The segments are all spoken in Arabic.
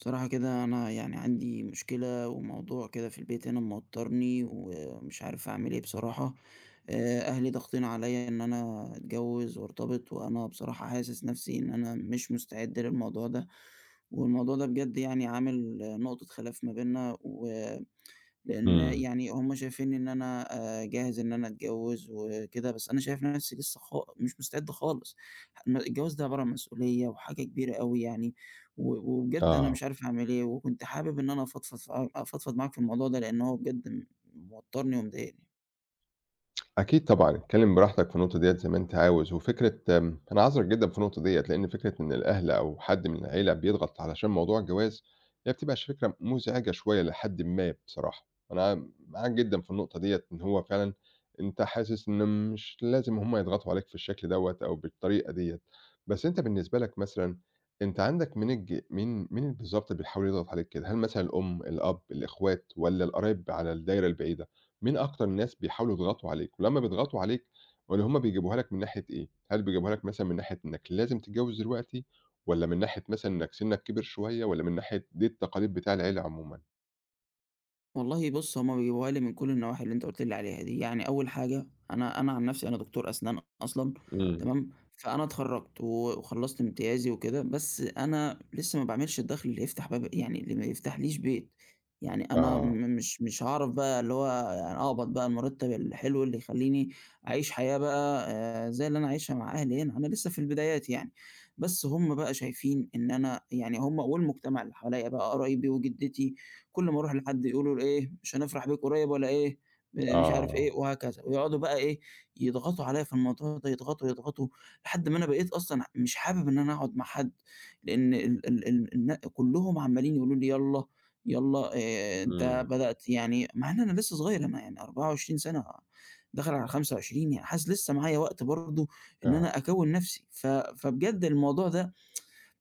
بصراحة كده أنا يعني عندي مشكلة وموضوع كده في البيت هنا موترني ومش عارف أعمل إيه بصراحة. أهلي ضاغطين عليّا إن أنا أتجوز وأرتبط، وأنا بصراحة حاسس نفسي إن أنا مش مستعد للموضوع ده، والموضوع ده بجد يعني عامل نقطة خلاف ما بيننا لإن إمم، يعني هم شايفين إن أنا جاهز إن أنا أتجوّز وكده، بس أنا شايف نَفْسي لسه مش مستعد خالص. الجواز ده عبارة عن مسؤولية وحاجة كبيرة أوي يعني، و وبجد أنا آه، مش عارف أعمل إيه، وكنت حابب إن أنا أفضفض معاك في الموضوع ده، لإن هو بجد موتّرني ومضايقني. أكيد طبعًا، اتكلم براحتك في النقطة ديّة زي ما أنت عاوز، وفكرة أنا عذرك جدًا في النقطة ديّة، لأن فكرة إن الأهل أو حد من العيلة بيضغط علشان موضوع الجواز، هي بتبقى فكرة مزعجة شوية إلى حدٍ ما بصراحة، أنا معاك جدًا في النقطة ديّة، إن هو فعلًا أنت حاسس إن مش لازم هُم يضغطوا عليك بالشكل دوّة أو بالطريقة ديّة، بس أنت بالنسبة لك مثلًا، أنت عندك مين الج مين مين بالضبط اللي بيحاول يضغط عليك كده؟ هل مثلًا الأم، الأب، الإخوات، والّا القرايب على الدايرة البعيدة؟ مين أكتر الناس بيحاولوا يضغطوا عليك؟ ولمّا بيضغطوا عليك والّا هُم بيجيبوها لك من ناحية إيه؟ هل بيجيبوها لك مثلًا من ناحية إنك لازم تتجوّز دلوقتي والّا من ناحية مثلًا إنك سِنّك كِبِر شوية والّا من ناحية دي التقاليد بتاع العيلة عمومًا؟ والله بُص، هُم بيجيبوها لي من كل النواحي اللي أنت قُلت لي عليها دي. يعني أول حاجة أنا عن نفسي أنا دكتور أسنان أصلًا. إمم. تمام، فأنا اتخرّجت و وخلّصت امتيازي وكده، بس أنا لسه ما باعملش الدخل اللي يفتح باب يعني اللي ما يفتحليش بيت. يعني أنا م آه، مش مش هاعرف بقى اللي هو يعني أقبض بقى المرتب الحلو اللي يخلّيني أعيش حياة بقى، زي اللي أنا عايشها مع أهلي هنا، أنا لسه في البدايات يعني. بس هُم بقى شايفين إن أنا يعني هُم والمجتمع اللي حواليّا بقى قرايبي وجدتي، كل ما أروح لحد يقولوا لي إيه مش هنفرح بيك قريب ولا إيه، مش عارف آه. إيه وهكذا، ويقعدوا بقى إيه يضغطوا عليَّ في الموضوع ده، يضغطوا، يضغطوا، لحد ما أنا بقيت أصلًا مش حابب إن أنا أقعد مع حد، لأن ال ال ال الن كلهم عمّالين يقولوا لي يالّا، يالّا أنت إمم. بدأت، يعني مع إن أنا لسه صغير، أنا يعني 24 سنة داخل على 25، يعني حاسس لسه معايا وقت برضه إن آه. أنا أكوّن نفسي. فبجد الموضوع ده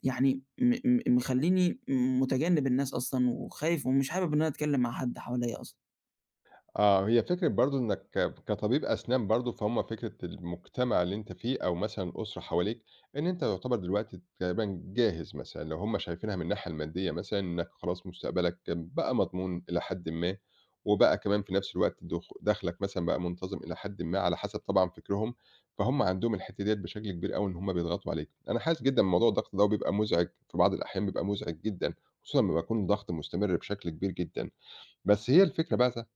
يعني م م مخلّيني متجنّب الناس أصلًا وخايف ومش حابب إن أنا أتكلّم مع حد حواليّا أصلًا. آه، هي فكرة برضه إنك كطبيب أسنان برضه، فهُم فكرة المجتمع اللي أنت فيه أو مثلًا الأسرة حواليك، إن أنت يُعتبر دلوقتي تقريبًا جاهز مثلًا، لو هُم شايفينها من الناحية المادية مثلًا، إنك خلاص مستقبلك بقى مضمون إلى حدٍ ما، وبقى كمان في نفس الوقت دخلك مثلًا بقى منتظم إلى حدٍ ما على حسب طبعًا فكرهم، فهُم عندهم الحتّة ديّة بشكل كبير أوي إن هُم بيضغطوا عليك. أنا حاسس جدًا بموضوع الضغط ده وبيبقى مُزعج، في بعض الأحيان بيبقى مُزعج جدًا، خصوصًا لمّا بيكون ضغط مستمر بشكل كبير جدًا. بس هي الفكرة بقى ت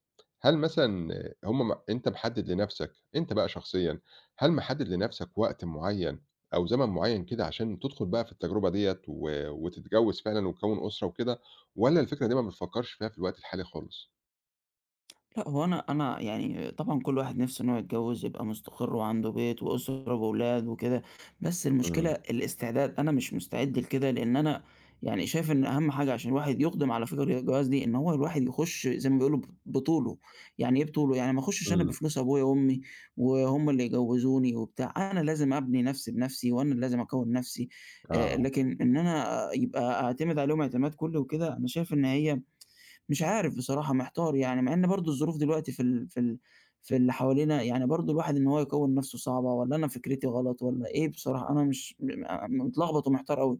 هل مثلًا هم م أنت محدد لنَفْسك، أنت بقى شخصيًا، هل محدد لنَفْسك وقت معيّن أو زمن معيّن كده عشان تدخل بقى في التجربة ديّة وتتجوّز فعلًا وتكوّن أسرة وكده، والّا الفكرة دي ما بتفكّرش فيها في الوقت الحالي خالص؟ لأ، هو أنا يعني طبعًا كل واحد نِفْسه إن هو يتجوّز، يبقى مستقر وعنده بيت وأسرة وأولاد وكده، بس المشكلة إمم، الاستعداد، أنا مش مستعد لكده لإن أنا يعني شايف إن أهم حاجة عشان الواحد يُقدم على فكرة الجواز دي، إن هو الواحد يخُش زي ما بيقولوا بطوله. يعني إيه بطوله؟ يعني ما أخُشّش أنا إمم، بفلوس أبويا وأمي وهُم اللي يجوّزوني وبتاع، أنا لازم أبني نَفْسي بنَفْسي وأنا اللي لازم أكوّن نَفْسي، آه. لكن إن أنا يبقى أعتمد عليهم اعتماد كُلّي وكده، أنا شايف إن هي مش عارف بصراحة، محتار يعني، مع إن برضه الظروف دلوقتي في اللي حوالينا، يعني برضه الواحد إن هو يكوّن نَفْسه صعبة، والّا أنا فكرتي غلط والّا إيه، بصراحة أنا مش م م متلخبط ومحتار أوي.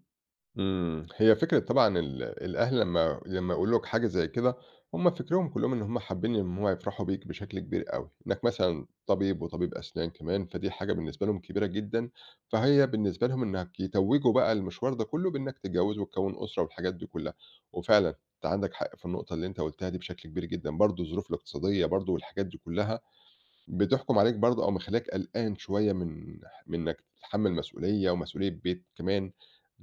إمم، هي فكرة طبعًا الأهل لمّا يقولوا لك حاجة زي كده، هم فكرهم كلّهم إن هم حابين إن هم يفرحوا بيك بشكل كبير أوي، إنك مثلًا طبيب وطبيب أسنان كمان، فدي حاجة بالنسبة لهم كبيرة جدًا، فهي بالنسبة لهم إنك يتوّجوا بقى المشوار ده كلّه بإنك تتجوّز وتكوّن أسرة والحاجات دي كلّها، وفعلًا أنت عندك حق في النقطة اللي أنت قُلتها دي بشكل كبير جدًا، برضه الظروف الاقتصادية برضه والحاجات دي كلّها بتحكم عليك برضه أو مخلّياك قلقان شوية من إنك تتحمّل مسؤولية ومسؤولية بيت كمان،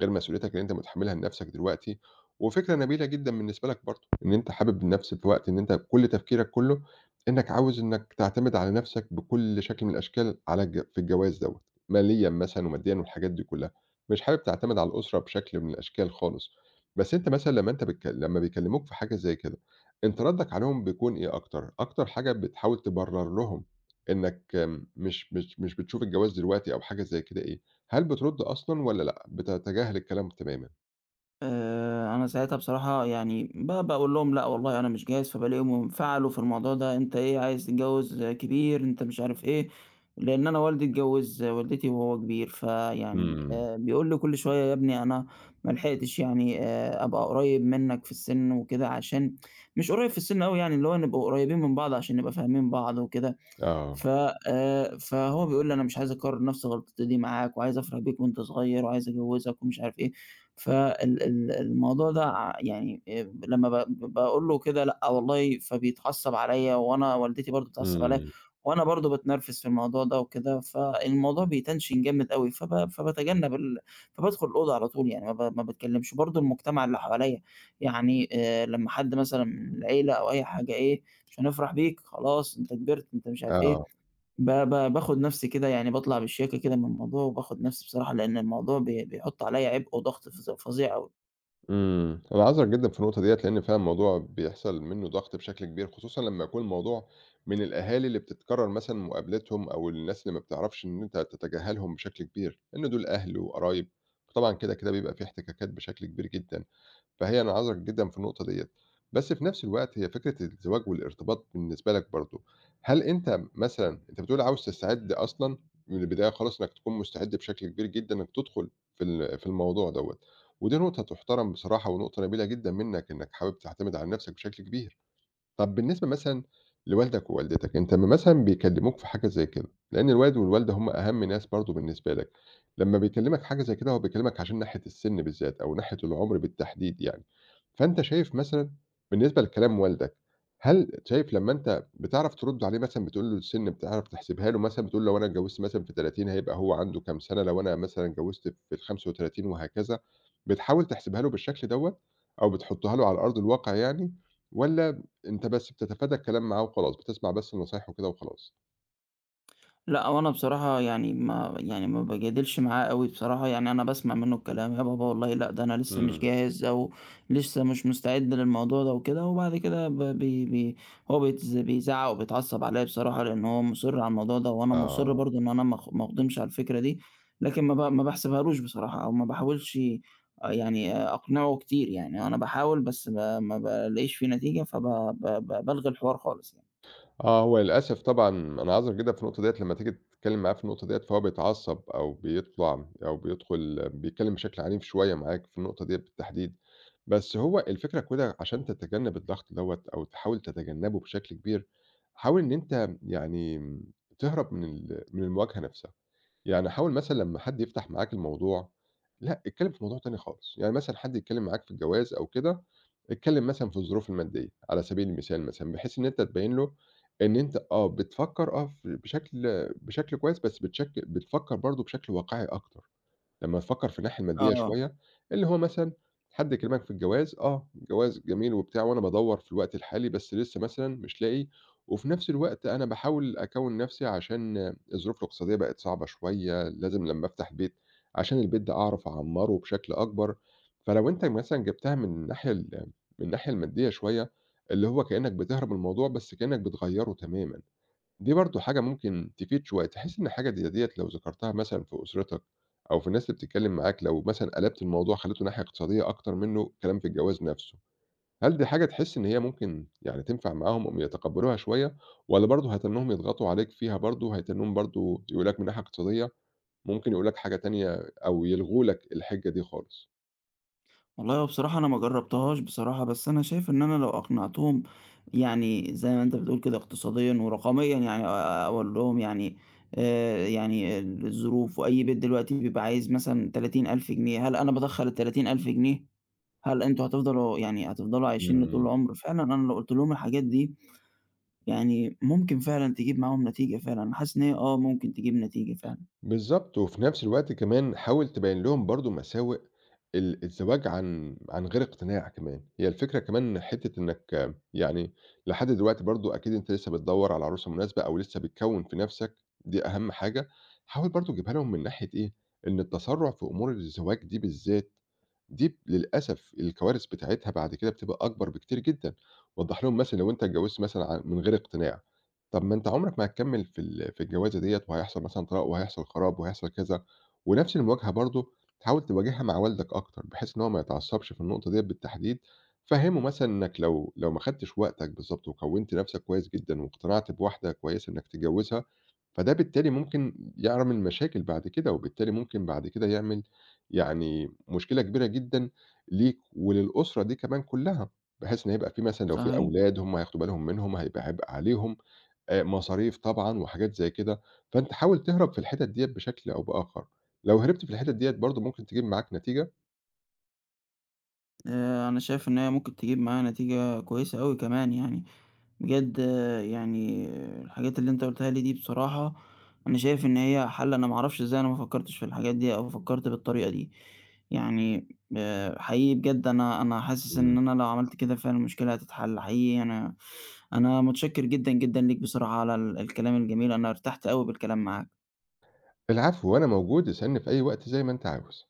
غير مسؤوليتك اللي أنت متحمّلها لنفْسك دلوقتي، وفكرة نبيلة جدًا بالنسبة لك برضه، إن أنت حابب النفْس في وقت إن أنت كل تفكيرك كلّه إنك عاوز إنك تعتمد على نفْسك بكل شكل من الأشكال على الج في الجواز دوّة، ماليًا مثلًا وماديًا والحاجات دي كلّها، مش حابب تعتمد على الأسرة بشكل من الأشكال خالص، بس أنت مثلًا لمّا أنت بتك لمّا بيكلّموك في حاجة زي كده، أنت ردّك عليهم بيكون إيه أكتر؟ أكتر حاجة بتحاول تبرّر لهم إنك آمم مش مش مش بتشوف الجواز دلوقتي أو حاجة زي كده إيه، هل بترُد أصلًا والّا لأ، بتتجاهل الكلام تمامًا؟ أنا ساعتها بصراحة يعني باقول لهم: "لأ والله أنا مش جاهز." فبالاقيهم انفعلوا في الموضوع ده: "أنت إيه عايز تتجوّز كبير، أنت مش عارف إيه." لإن أنا والدي اتجوّز والدتي وهو كبير، فيعني، إمم. بيقول لي كل شوية: "يا ابني أنا ما لحقتش يعني، أبقى قريّب منّك في السِن وكده." عشان مش قريّب في السِن أوي يعني، اللي هو نبقى قريّبين من بعض عشان نبقى فاهمين بعض وكده. آه. ف فهو بيقول لي: "أنا مش عايز أكرّر نَفْس غلطتي دي معاك، وعايز أفرح بيك وأنت صغير، وعايز أجوّزك." ومش عارف إيه. فال ال الموضوع ده يعني، لمّا باقول له كده لأ والله، فبيتعصّب عليّا وأنا والدتي برضه بتتعصّب عليّا إمم. وأنا برضه باتنرفز في الموضوع ده وكده، فالموضوع بيتنشن جامد أوي، فب فباتجنّب ال فبادخل الأوضة على طول يعني، ما باتكلّمش. برضه المجتمع اللي حواليّا، يعني لمّا حد مثلًا من العيلة أو أي حاجة إيه: "مش هنفرح بيك، خلاص أنت كبرت،" أنت مش عارف إيه، آه. ب ب باخد نفسي كده، يعني باطلع بالشياكة كده من الموضوع، وباخد نفسي بصراحة، لإن الموضوع بيحُط عليَّ عبء وضغط فظيع أوي. إمم. أنا عذرك جدًا في النقطة ديّة، لإن فعلًا الموضوع بيحصل منّه ضغط بشكل كبير، خصوصًا لمّا يكون الموضوع من الأهالي اللي بتتكرر مثلًا مقابلتهم أو الناس اللي ما بتعرفش إن أنت تتجاهلهم بشكل كبير، لإن دول أهل وقرايب، فطبعًا كده، كده بيبقى في احتكاكات بشكل كبير جدًا. فهي أنا عذرك جدًا في النقطة ديّة، بس في نفس الوقت هي فكرة الزواج والارتباط بالنسبة لك برضه، هل أنت مثلًا أنت بتقول عاوز تستعد أصلًا من البداية خالص إنك تكون مستعد بشكل كبير جدًا إنك تدخل في الموضوع دوّة، ودي نقطة تُحترم بصراحة ونقطة نبيلة جدًا منك إنك حابب تعتمد على نفسك بشكل كبير. طب بالنسبة مثلًا لوالدك ووالدتك، أنت أمّا مثلًا بيكلّموك في حاجة زي كده، لإن الوالد والوالدة هم أهم ناس برضه بالنسبة لك، لمّا بيكلّمك حاجة زي كده هو بيكلّمك عشان ناحية السِن بالذات أو ناحية العُمر بالتحديد يعني، فأنت شايف مثلًا بالنسبة لكلام والدك، هل شايف لمّا أنت بتعرف ترُد عليه مثلًا بتقول له السِن بتعرف تحسبها له مثلًا بتقول له لو أنا اتجوّزت مثلًا في 30 هيبقى هو عنده كام سَنة، لو أنا مثلًا اتجوّزت في ال35 وهكذا، بتحاول تحسبها له بالشكل دوّة أو بتحُطّها له على أرض الواقع يعني والّا أنت بس بتتفادى الكلام معاه وخلاص، بتسمع بس النصايح وكده وخلاص. لأ، هو أنا بصراحة يعني ما يعني ما باجادلش معاه أوي بصراحة، يعني أنا باسمع منّه الكلام: "يا بابا والله لأ، ده أنا لسه مش إمم. جاهز." أو "لسه مش مستعد للموضوع ده." وكده، وبعد كده ب بي بي هو بيزعّق وبيتعصّب عليّا بصراحة، لإن هو مُصِر على الموضوع ده وأنا مُصِر آه. برضه إن أنا ما أخضمش على الفكرة دي، لكن ما باحسبهالوش بصراحة أو ما باحاولش، يعني، أقنعه كتير يعني، أنا باحاول بس ما بالاقيش فيه نتيجة، فب ب ب بالغي الحوار خالص يعني. آه، هو للأسف طبعًا أنا أعذر جدًا في النقطة ديّة لمّا تيجي تتكلّم معاه في النقطة ديّة فهو بيتعصّب أو بيطلع أو بيدخل بيتكلّم بشكل عنيف شوية معاك في النقطة ديّة بالتحديد. بس هو الفكرة كده عشان تتجنّب الضغط دوّة أو تحاول تتجنّبه بشكل كبير، حاول إن أنت يعني تهرب من المواجهة نفسها. يعني حاول مثلًا لمّا حد يفتح معاك الموضوع، لأ، اتكلم في موضوع تاني خالص، يعني مثلًا حد يتكلم معاك في الجواز أو كده، اتكلم مثلًا في الظروف المادية على سبيل المثال مثلًا، بحيث إن أنت تبين له إن أنت آه، بتفكر آه، ف بشكل بشكل كويس، بس بتفكر برضه بشكل واقعي أكتر. لمّا تفكّر في الناحية المادية آه. شوية، اللي هو مثلًا حد كلمك في الجواز، آه، الجواز جميل وبتاع وأنا بادوّر في الوقت الحالي، بس لسه مثلًا مش لاقي، وفي نفس الوقت أنا باحاول أكوّن نفسي عشان الظروف الاقتصادية بقت صعبة شوية، لازم لمّا أفتح بيت عشان البيت ده أعرف أعمّره بشكل أكبر، فلو أنت مثلًا جِبتها من الناحية ال من الناحية المادية شوية، اللي هو كإنّك بتهرب من الموضوع، بس كإنّك بتغيّره تمامًا. دي برضه حاجة ممكن تفيد شوية، تحس إن حاجة زي ديّة لو ذكرتها مثلًا في أسرتك أو في الناس اللي بتتكلم معاك، لو مثلًا قلبت الموضوع خليته ناحية اقتصادية أكتر منه كلام في الجواز نفسه، هل دي حاجة تحس إن هي ممكن يعني تنفع معاهم أو يتقبلوها شوية، والّا برضه هيتنّوهم يضغطوا عليك فيها برضه، هيتنّوهم برضه يقولوا لك من ناحية اقتصادية ممكن يقولوا لك حاجة تانية أو يلغوا لك الحجة دي خالص؟ والله هو بصراحة أنا ما جرّبتهاش بصراحة، بس أنا شايف إن أنا لو أقنعتهم يعني زي ما أنت بتقول كده اقتصاديًا ورقميًا، يعني أقول لهم يعني، يعني الظروف، وأي بيت دلوقتي بيبقى عايز مثلًا 30,000 جنيه، هل أنا بادخّل ال30,000 جنيه؟ هل أنتم هتفضلوا عايشين لطول إمم. العمر؟ فعلًا أنا لو قُلت لهم الحاجات دي، يعني ممكن فعلًا تجيب معاهم نتيجة فعلًا، أنا حاسس إن هي ممكن تجيب نتيجة فعلًا. بالضبط، وفي نفس الوقت كمان حاول تبيّن لهم برضه مساوئ الزواج عن غير اقتناع كمان، هي الفكرة كمان حتّة إنّك آه، يعني لحد دلوقتي برضه أكيد أنت لسّه بتدوّر على عروسة مناسبة أو لسّه بتكوّن في نَفْسك، دي أهم حاجة، حاول برضه تجيبها لهم من ناحية إيه، إن التسرُّع في أمور الزواج دي بالذات، دي ب للأسف الكوارث بتاعتها بعد كده بتبقى أكبر بكتير جدًا، وضّح لهم مثلًا لو أنت اتجوّزت مثلًا من غير اقتناع. طب ما أنت عمرك ما هتكمّل في الجوازة ديّة وهيحصل مثلًا طلاق وهيحصل خراب وهيحصل كذا، ونفس المواجهة برضه حاول تواجهها مع والدك أكتر، بحيث إن هو ما يتعصبش في النقطة ديّة بالتحديد، فهّمه مثلًا إنك لو ما خدتش وقتك بالضبط وكوّنت نفسك كويس جدًا واقتنعت بواحدة كويسة إنك تتجوزها، فده بالتالي ممكن يعمل مشاكل بعد كده، وبالتالي ممكن بعد كده يعمل يعني مشكلة كبيرة جدًا ليك وللأسرة دي كمان كلّها، بحيث إن هيبقى في مثلًا لو في صحيح. أولاد هم هياخدوا بالهم منهم هيبقى عبء عليهم. مصاريف طبعًا وحاجات زي كده، فأنت حاول تهرب في الحِتَت ديّة بشكل أو بآخر، لو هربت في الحِتَت ديّة برضه ممكن تجيب معاك نتيجة. أنا شايف إن هي ممكن تجيب معايا نتيجة كويسة أوي كمان يعني. بجد يعني الحاجات اللي أنت قُلتها لي دي بصراحة، أنا شايف إن هي حَل. أنا ما أعرفش إزاي أنا ما فكّرتش في الحاجات دي أو فكّرت بالطريقة دي. يعني حقيقي بجد، أنا حاسس إن إمم. أنا لو عملت كده فعلًا المشكلة هتتحل، حقيقي أنا متشكّر جدًا، جدًا ليك بصراحة على الكلام الجميل، أنا ارتحت أوي بالكلام معاك. العفو، وأنا موجود، اسألني في أي وقت زي ما أنت عاوز.